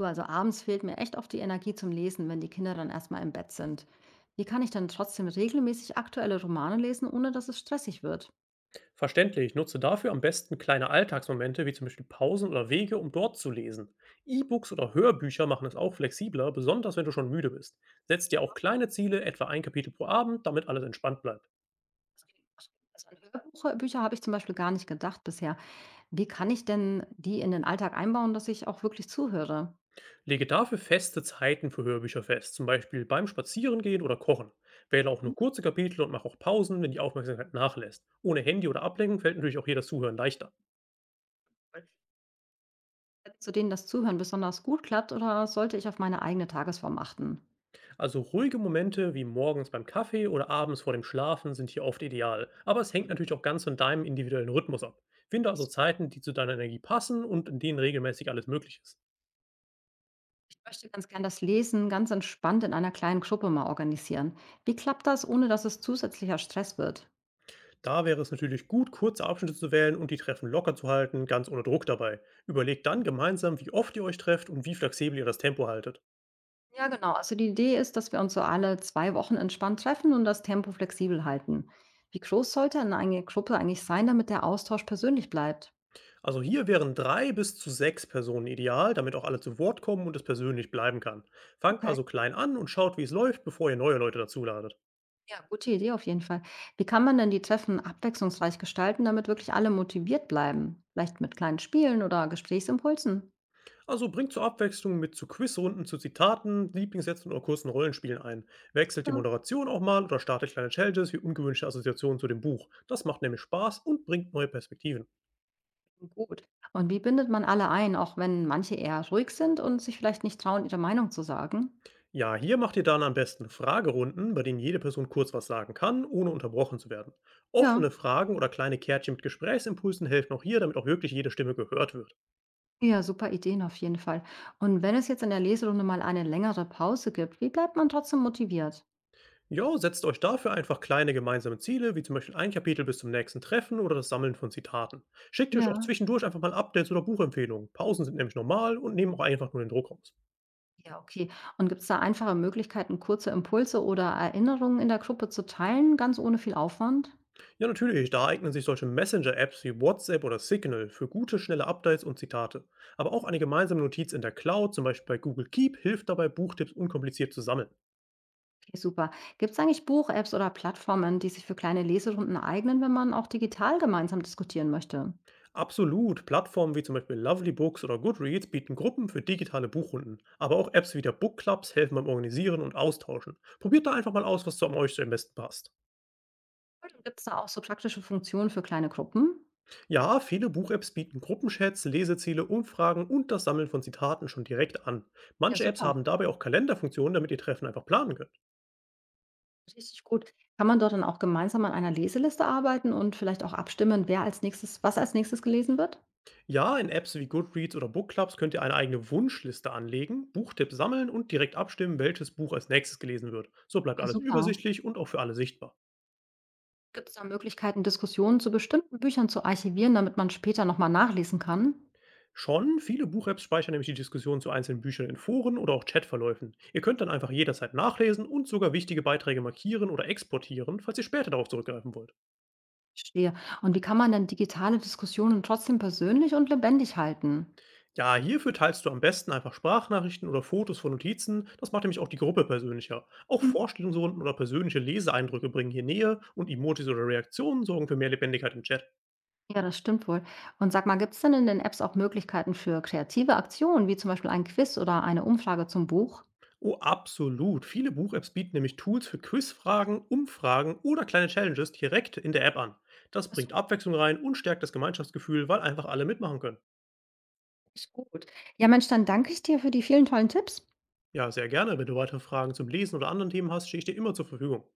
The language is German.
Du, also abends fehlt mir echt oft die Energie zum Lesen, wenn die Kinder dann erstmal im Bett sind. Wie kann ich dann trotzdem regelmäßig aktuelle Romane lesen, ohne dass es stressig wird? Verständlich, nutze dafür am besten kleine Alltagsmomente wie zum Beispiel Pausen oder Wege, um dort zu lesen. E-Books oder Hörbücher machen es auch flexibler, besonders wenn du schon müde bist. Setz dir auch kleine Ziele, etwa ein Kapitel pro Abend, damit alles entspannt bleibt. Also an Hörbücher Bücher habe ich zum Beispiel gar nicht gedacht bisher. Wie kann ich denn die in den Alltag einbauen, dass ich auch wirklich zuhöre? Lege dafür feste Zeiten für Hörbücher fest, zum Beispiel beim Spazierengehen oder Kochen. Wähle auch Mhm. nur kurze Kapitel und mach auch Pausen, wenn die Aufmerksamkeit nachlässt. Ohne Handy oder Ablenkung fällt natürlich auch hier das Zuhören leichter. Zu denen das Zuhören besonders gut klappt oder sollte ich auf meine eigene Tagesform achten? Also ruhige Momente wie morgens beim Kaffee oder abends vor dem Schlafen sind hier oft ideal, aber es hängt Mhm. natürlich auch ganz von deinem individuellen Rhythmus ab. Finde also Zeiten, die zu deiner Energie passen und in denen regelmäßig alles möglich ist. Ich möchte ganz gern das Lesen ganz entspannt in einer kleinen Gruppe mal organisieren. Wie klappt das, ohne dass es zusätzlicher Stress wird? Da wäre es natürlich gut, kurze Abschnitte zu wählen und die Treffen locker zu halten, ganz ohne Druck dabei. Überlegt dann gemeinsam, wie oft ihr euch trefft und wie flexibel ihr das Tempo haltet. Ja, genau. Also die Idee ist, dass wir uns so alle zwei Wochen entspannt treffen und das Tempo flexibel halten. Wie groß sollte denn eine Gruppe eigentlich sein, damit der Austausch persönlich bleibt? Also hier wären 3 bis zu 6 Personen ideal, damit auch alle zu Wort kommen und es persönlich bleiben kann. Fangt Okay. also klein an und schaut, wie es läuft, bevor ihr neue Leute dazuladet. Ja, gute Idee auf jeden Fall. Wie kann man denn die Treffen abwechslungsreich gestalten, damit wirklich alle motiviert bleiben? Vielleicht mit kleinen Spielen oder Gesprächsimpulsen? Also bringt zur Abwechslung mit zu Quizrunden, zu Zitaten, Lieblingssätzen oder kurzen Rollenspielen ein. Wechselt die Ja. Moderation auch mal oder startet kleine Challenges wie ungewünschte Assoziationen zu dem Buch. Das macht nämlich Spaß und bringt neue Perspektiven. Gut. Und wie bindet man alle ein, auch wenn manche eher ruhig sind und sich vielleicht nicht trauen, ihre Meinung zu sagen? Ja, hier macht ihr dann am besten Fragerunden, bei denen jede Person kurz was sagen kann, ohne unterbrochen zu werden. Ja. Offene Fragen oder kleine Kärtchen mit Gesprächsimpulsen helfen auch hier, damit auch wirklich jede Stimme gehört wird. Ja, super Ideen auf jeden Fall. Und wenn es jetzt in der Leserunde mal eine längere Pause gibt, wie bleibt man trotzdem motiviert? Ja, setzt euch dafür einfach kleine gemeinsame Ziele, wie zum Beispiel ein Kapitel bis zum nächsten Treffen oder das Sammeln von Zitaten. Schickt euch auch Ja. zwischendurch einfach mal Updates oder Buchempfehlungen. Pausen sind nämlich normal und nehmen auch einfach nur den Druck raus. Ja, okay. Und gibt es da einfache Möglichkeiten, kurze Impulse oder Erinnerungen in der Gruppe zu teilen, ganz ohne viel Aufwand? Ja, natürlich, da eignen sich solche Messenger-Apps wie WhatsApp oder Signal für gute, schnelle Updates und Zitate. Aber auch eine gemeinsame Notiz in der Cloud, zum Beispiel bei Google Keep, hilft dabei, Buchtipps unkompliziert zu sammeln. Okay, super. Gibt es eigentlich Buch-Apps oder Plattformen, die sich für kleine Leserunden eignen, wenn man auch digital gemeinsam diskutieren möchte? Absolut. Plattformen wie zum Beispiel Lovely Books oder Goodreads bieten Gruppen für digitale Buchrunden. Aber auch Apps wie der Book Clubs helfen beim Organisieren und Austauschen. Probiert da einfach mal aus, was zu euch so am besten passt. Und gibt es da auch so praktische Funktionen für kleine Gruppen? Ja, viele Buch-Apps bieten Gruppenchats, Leseziele, Umfragen und das Sammeln von Zitaten schon direkt an. Ja, Manche Apps super. haben dabei auch Kalenderfunktionen, damit ihr Treffen einfach planen könnt. Richtig gut. Kann man dort dann auch gemeinsam an einer Leseliste arbeiten und vielleicht auch abstimmen, wer als nächstes was als nächstes gelesen wird? Ja, in Apps wie Goodreads oder Book Clubs könnt ihr eine eigene Wunschliste anlegen, Buchtipps sammeln und direkt abstimmen, welches Buch als nächstes gelesen wird. So bleibt Ja, alles super. übersichtlich und auch für alle sichtbar. Gibt es da Möglichkeiten, Diskussionen zu bestimmten Büchern zu archivieren, damit man später nochmal nachlesen kann? Schon, viele Buch-Apps speichern nämlich die Diskussion zu einzelnen Büchern in Foren oder auch Chatverläufen. Ihr könnt dann einfach jederzeit nachlesen und sogar wichtige Beiträge markieren oder exportieren, falls ihr später darauf zurückgreifen wollt. Verstehe. Und wie kann man denn digitale Diskussionen trotzdem persönlich und lebendig halten? Ja, hierfür teilst du am besten einfach Sprachnachrichten oder Fotos von Notizen, das macht nämlich auch die Gruppe persönlicher. Auch Mhm. Vorstellungsrunden oder persönliche Leseeindrücke bringen hier Nähe und Emojis oder Reaktionen sorgen für mehr Lebendigkeit im Chat. Ja, das stimmt wohl. Und sag mal, gibt es denn in den Apps auch Möglichkeiten für kreative Aktionen, wie zum Beispiel ein Quiz oder eine Umfrage zum Buch? Oh, absolut. Viele Buch-Apps bieten nämlich Tools für Quizfragen, Umfragen oder kleine Challenges direkt in der App an. Das Das bringt Abwechslung rein und stärkt das Gemeinschaftsgefühl, weil einfach alle mitmachen können. ist gut. Ja, Mensch, dann danke ich dir für die vielen tollen Tipps. Ja, sehr gerne. Wenn du weitere Fragen zum Lesen oder anderen Themen hast, stehe ich dir immer zur Verfügung.